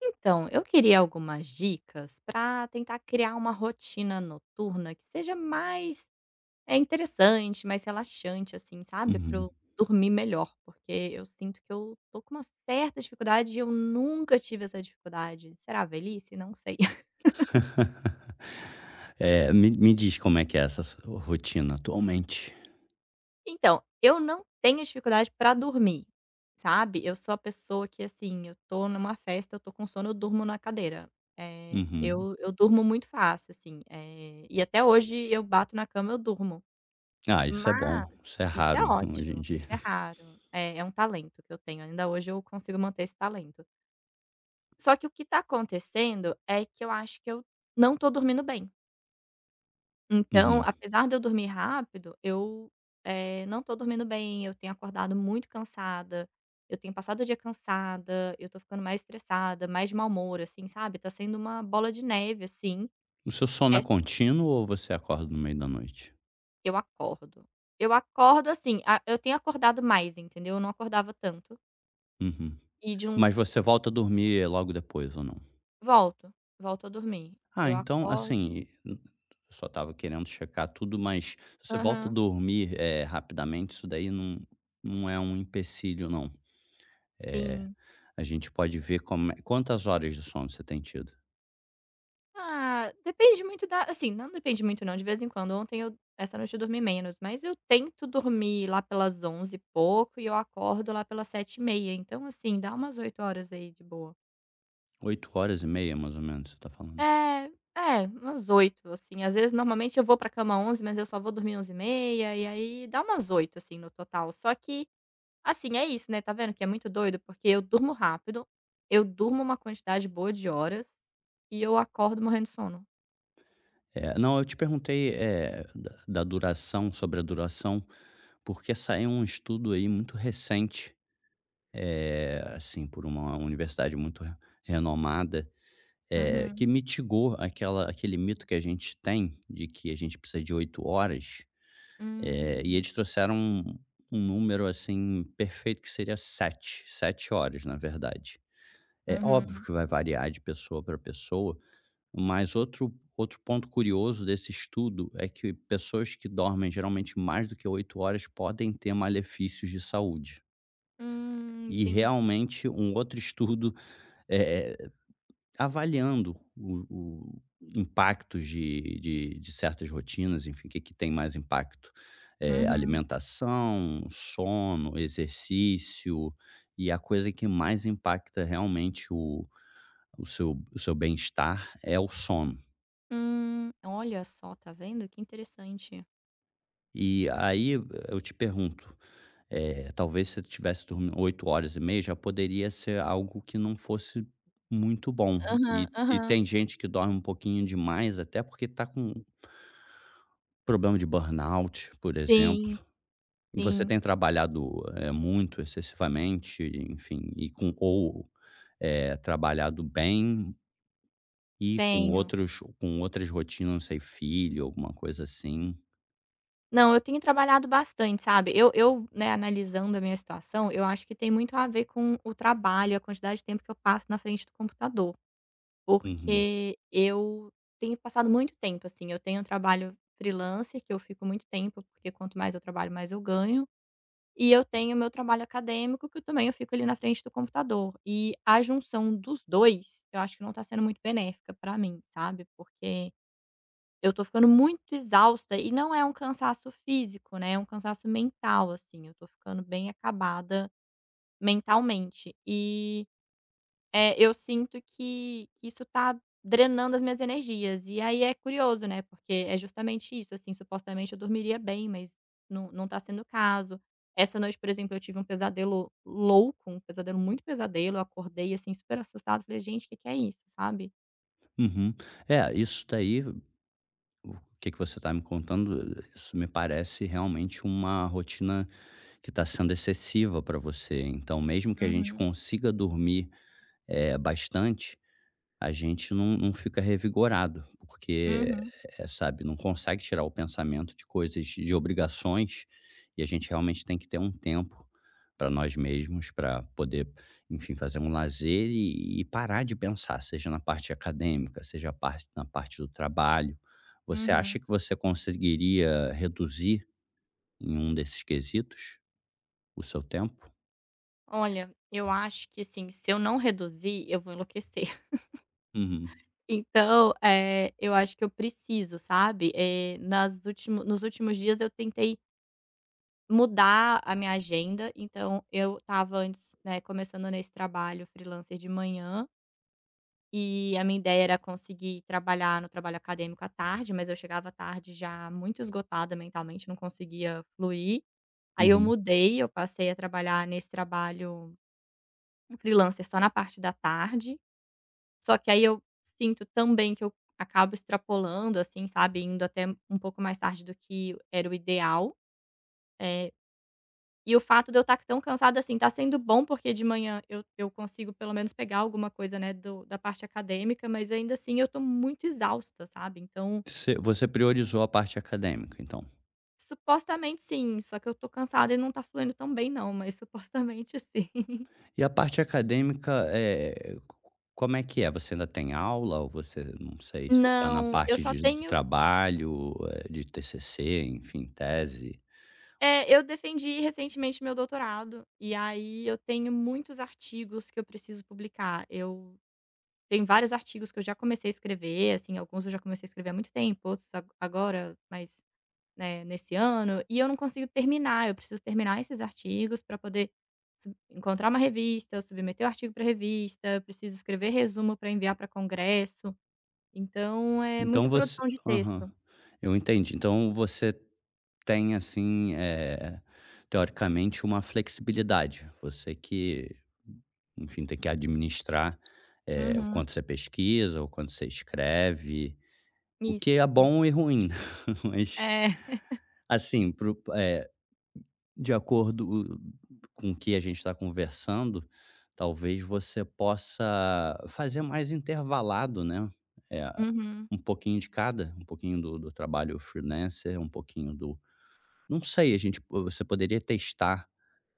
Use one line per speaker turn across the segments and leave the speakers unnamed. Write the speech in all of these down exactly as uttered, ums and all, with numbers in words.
Então, eu queria algumas dicas para tentar criar uma rotina noturna que seja mais é, interessante, mais relaxante, assim, sabe? Para
Uhum.
eu dormir melhor, porque eu sinto que eu tô com uma certa dificuldade e eu nunca tive essa dificuldade. Será a velhice? Não sei.
Eh, me me diz como é que é essa sua rotina atualmente.
Então, eu não tenho dificuldade para dormir, sabe? Eu sou a pessoa que, assim, eu tô numa festa, eu tô com sono, eu durmo na cadeira. É,
Uhum.
eu, eu durmo muito fácil, assim. é, e até hoje eu bato na cama, eu durmo.
Ah, isso é bom,
Mas
isso é
isso
raro
é
hoje em
ótimo,
dia.
isso é raro. É é um talento que eu tenho, ainda hoje eu consigo manter esse talento. Só que o que tá acontecendo é que eu acho que eu não tô dormindo bem. Então,
Uhum.
apesar de eu dormir rápido, eu, eh, não tô dormindo bem, eu tenho acordado muito cansada, eu tenho passado o dia cansada, eu tô ficando mais estressada, mais de mau humor, assim, sabe, tá sendo uma bola de neve, assim.
O seu sono é
É,
contínuo ou você acorda no meio da noite?
eu acordo. Eu acordo assim, ah, eu tenho acordado mais, entendeu, eu não acordava tanto.
Uhum.
E de uns
Mas você volta a dormir logo depois ou não?
volto, volto a dormir.
Ah,
Eu
então,
acordo
assim, eu só estava querendo checar tudo, mas se você volta a
Aham,
dormir, eh, rapidamente, isso daí não não é um empecilho não. É,
sim.
a gente pode ver como é quantas horas de sono você tem tido?
Ah, depende muito da assim, não depende muito não, de vez em quando. Ontem eu Essa noite eu dormi menos, mas eu tento dormir lá pelas onze e pouco e eu acordo lá pelas sete e meia, então, assim, dá umas oito horas aí de boa.
Oito horas e meia, mais ou menos, você está falando.
É, é, umas oito assim, às vezes, normalmente eu vou pra cama onze mas eu só vou dormir onze e meia e aí dá umas oito assim, no total. Só que Assim, é isso, né, tá vendo que é muito doido? Porque eu durmo rápido, eu durmo uma quantidade boa de horas e eu acordo morrendo de sono.
É, não, eu te perguntei, eh, da da duração, sobre a duração, porque saiu um estudo aí muito recente, eh, assim, por uma universidade muito re- renomada, eh, que
Uhum.
mitigou aquela, aquele mito que a gente tem de que a gente precisa de oito horas. Eh, e
Hum.
eles trouxeram um, um número, assim, perfeito, que seria sete sete horas, na verdade. É óbvio
Uhum.
que vai variar de pessoa para pessoa. Mas outro outro ponto curioso desse estudo é que pessoas que dormem geralmente mais do que oito horas podem ter malefícios de saúde.
Hum,
E
entendi.
realmente um outro estudo, eh, avaliando o o impactos de de de certas rotinas, enfim, o que que tem mais impacto, eh,
Uhum.
alimentação, sono, exercício, e a coisa que mais impacta realmente o o seu o seu bem-estar é o sono.
Hum. Olha só, tá vendo? Que interessante.
E aí eu te pergunto, eh, talvez se eu tivesse dormindo oito horas e meia, já poderia ser algo que não fosse muito bom.
Aham,
E e
aham.
tem gente que dorme um pouquinho demais, até porque está com problema de burnout, por
Sim,
exemplo. Você
sim,
tem trabalhado, eh, muito excessivamente, enfim, e com ou, eh, trabalhado bem e com
tenho.
outros com outras rotinas, não sei, filho, alguma coisa assim.
Não, eu tenho trabalhado bastante, sabe. Eu eu, né, analisando a minha situação, eu acho que tem muito a ver com o trabalho, a quantidade de tempo que eu passo na frente do computador.
Uhum.
Porque eu tenho passado muito tempo, assim, eu tenho um trabalho freelancer que eu fico muito tempo, porque quanto mais eu trabalho, mais eu ganho. E eu tenho meu trabalho acadêmico, que eu também eu fico ali na frente do computador. E a junção dos dois eu acho que não tá sendo muito benéfica pra mim, sabe, porque eu tô ficando muito exausta e não é um cansaço físico, né, é um cansaço mental, assim, eu tô ficando bem acabada mentalmente. E é, eu sinto que que isso tá drenando as minhas energias. E aí é curioso, né, porque é justamente isso, assim, supostamente eu dormiria bem, mas não não tá sendo o caso. Essa noite, por exemplo, eu tive um pesadelo louco, um pesadelo muito pesadelo, eu acordei, assim, super assustada, falei: "Gente, o que que é isso?", sabe?
Uhum. É, isso daí O que que você está me contando, isso me parece realmente uma rotina que está sendo excessiva para você. Então, mesmo que a gente
Uhum,
consiga dormir, eh, bastante, a gente não não fica revigorado, porque,
uhum,
eh, sabe, não consegue tirar o pensamento de coisas, de obrigações, e a gente realmente tem que ter um tempo para nós mesmos, para poder, enfim, fazer um lazer e e parar de pensar, seja na parte acadêmica, seja a parte na parte do trabalho. Você acha
uhum.
que você conseguiria reduzir em um desses quesitos o seu tempo?
Olha, eu acho que, assim, se eu não reduzir, eu vou enlouquecer.
Uhum,
Então, é eu acho que eu preciso, sabe? Eh, nas último Nos últimos dias eu tentei mudar a minha agenda, então eu estava antes, né, começando nesse trabalho freelancer de manhã, e a minha ideia era conseguir trabalhar no trabalho acadêmico à tarde, mas eu chegava à tarde já muito esgotada mentalmente, não conseguia fluir. Aí eu
uhum.
mudei, eu passei a trabalhar nesse trabalho freelancer só na parte da tarde, só que aí eu sinto também que eu acabo extrapolando, assim, sabe, indo até um pouco mais tarde do que era o ideal. Eh E o fato de eu estar tão cansada, assim, tá sendo bom, porque de manhã eu eu consigo pelo menos pegar alguma coisa, né, do da parte acadêmica, mas ainda assim eu tô muito exausta, sabe. Então,
Você você priorizou a parte acadêmica, então?
supostamente sim, só que eu tô cansada e não tá fluindo tão bem não, mas supostamente sim.
E a parte acadêmica, eh, como é que é? Você ainda tem aula ou você, não sei, você tá na
Não, eu
parte
só
de do
tenho
trabalho, eh, de T C C, enfim, tese?
é, eu defendi recentemente meu doutorado, e aí eu tenho muitos artigos que eu preciso publicar. Eu tenho vários artigos que eu já comecei a escrever, assim, alguns eu já comecei a escrever há muito tempo, outros a agora, mas né, nesse ano, e eu não consigo terminar, eu preciso terminar esses artigos para poder sub encontrar uma revista, submeter o artigo para revista, eu preciso escrever resumo para enviar para congresso, então é
Então
muita
você,
produção de
aham,
texto.
eu entendi. Então você tem, assim, eh, teoricamente, uma flexibilidade. Você que, enfim, tem que administrar, eh, o
Uhum,
quanto você pesquisa, o quanto você escreve, o
isso.
que é bom e ruim. Mas,
É,
assim, eh, de acordo com o que a gente está conversando, talvez você possa fazer mais intervalado, né? É
uhum,
um pouquinho de cada, um pouquinho do do trabalho freelancer, um pouquinho do, não sei, a gente você poderia testar,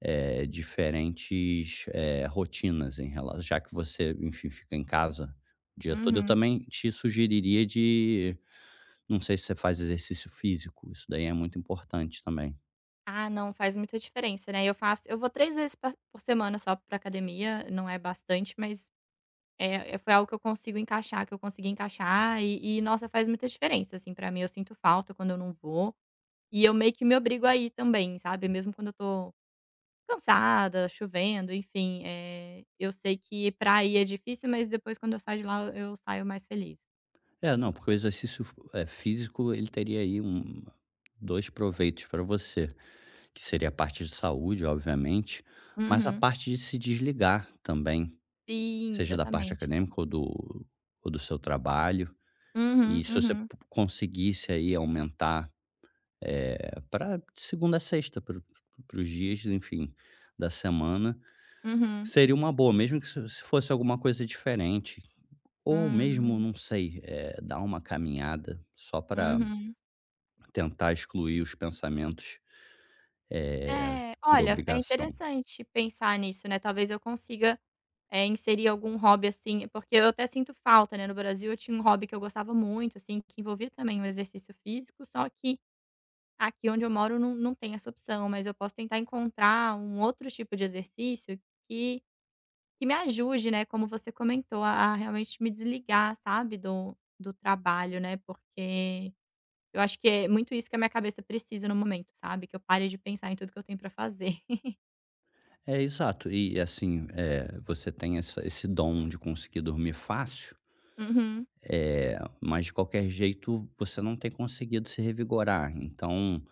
eh, diferentes, eh, rotinas em relação, já que você, enfim, fica em casa o dia todo. Eu
uhum.
também te sugeriria de, não sei se você faz exercício físico, isso daí é muito importante também.
Ah, não, faz muita diferença, né, eu faço eu vou três vezes pa por semana só para academia, não é bastante, mas, é é- foi algo que eu consigo encaixar, que eu consegui encaixar e e nossa, faz muita diferença, assim, para mim, eu sinto falta quando eu não vou. E eu meio que me obrigo a ir também, sabe, mesmo quando eu tô cansada, chovendo, enfim, eh, eu sei que pra ir é difícil, mas depois quando eu saio de lá eu saio mais feliz.
É, não, porque o exercício, eh, físico, ele teria aí um dois proveitos para você, que seria a parte de saúde, obviamente, mas a
Uhum.
parte de se desligar também,
Sim,
seja da parte
exatamente.
acadêmica ou do ou do seu trabalho.
Uhum,
E se você
uhum,
po conseguisse aí aumentar, para segunda a sexta, para os dias, enfim, da semana,
uhum,
seria uma boa, mesmo que se se fosse alguma coisa diferente. Ou mesmo,
hum,
não sei, eh, dar uma caminhada só para
uhum.
tentar excluir os pensamentos, eh,
É,
por
olha, é
obrigação.
interessante pensar nisso, né, talvez eu consiga, eh, inserir algum hobby, assim, porque eu até sinto falta, né, no Brasil eu tinha um hobby que eu gostava muito, assim, que envolvia também o exercício físico, só que aqui onde eu moro não não tem essa opção, mas eu posso tentar encontrar um outro tipo de exercício que que me ajude, né, como você comentou, a a realmente me desligar, sabe, do do trabalho, né, porque eu acho que é muito isso que a minha cabeça precisa no momento, sabe, que eu pare de pensar em tudo que eu tenho pra fazer.
É, exato. E assim, eh, você tem essa esse dom de conseguir dormir fácil, eh, mas de qualquer jeito você não tem conseguido se revigorar. Então,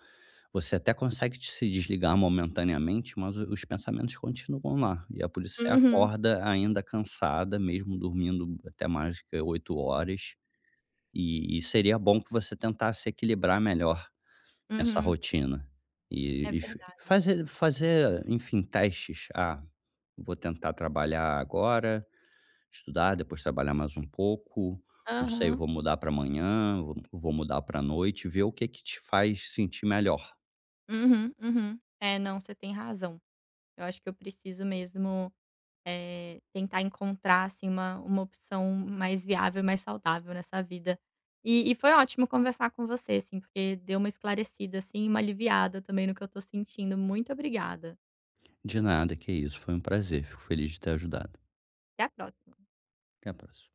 você até consegue te se desligar momentaneamente, mas o os pensamentos continuam lá. E é por isso que você
Uhum, uhum,
acorda ainda cansada, mesmo dormindo até mais que oito horas. E e seria bom que você tentasse equilibrar melhor essa
uhum.
rotina.
É
E e f
verdade.
fazer fazer, enfim, testes. "Ah, vou tentar trabalhar agora, estudar, depois trabalhar mais um pouco, não sei,
Aham.
vou mudar para amanhã, vou vou mudar para noite", ver o que que te faz sentir melhor.
Uhum, uhum. É, não, você tem razão. Eu acho que eu preciso mesmo Eh, tentar encontrar, assim, uma uma opção mais viável e mais saudável nessa vida. E e foi ótimo conversar com você, assim, porque deu uma esclarecida, assim, e uma aliviada também no que eu tô sentindo. Muito obrigada.
De nada, que isso, foi um prazer, fico feliz de ter ajudado.
Até a próxima.
Até a próxima.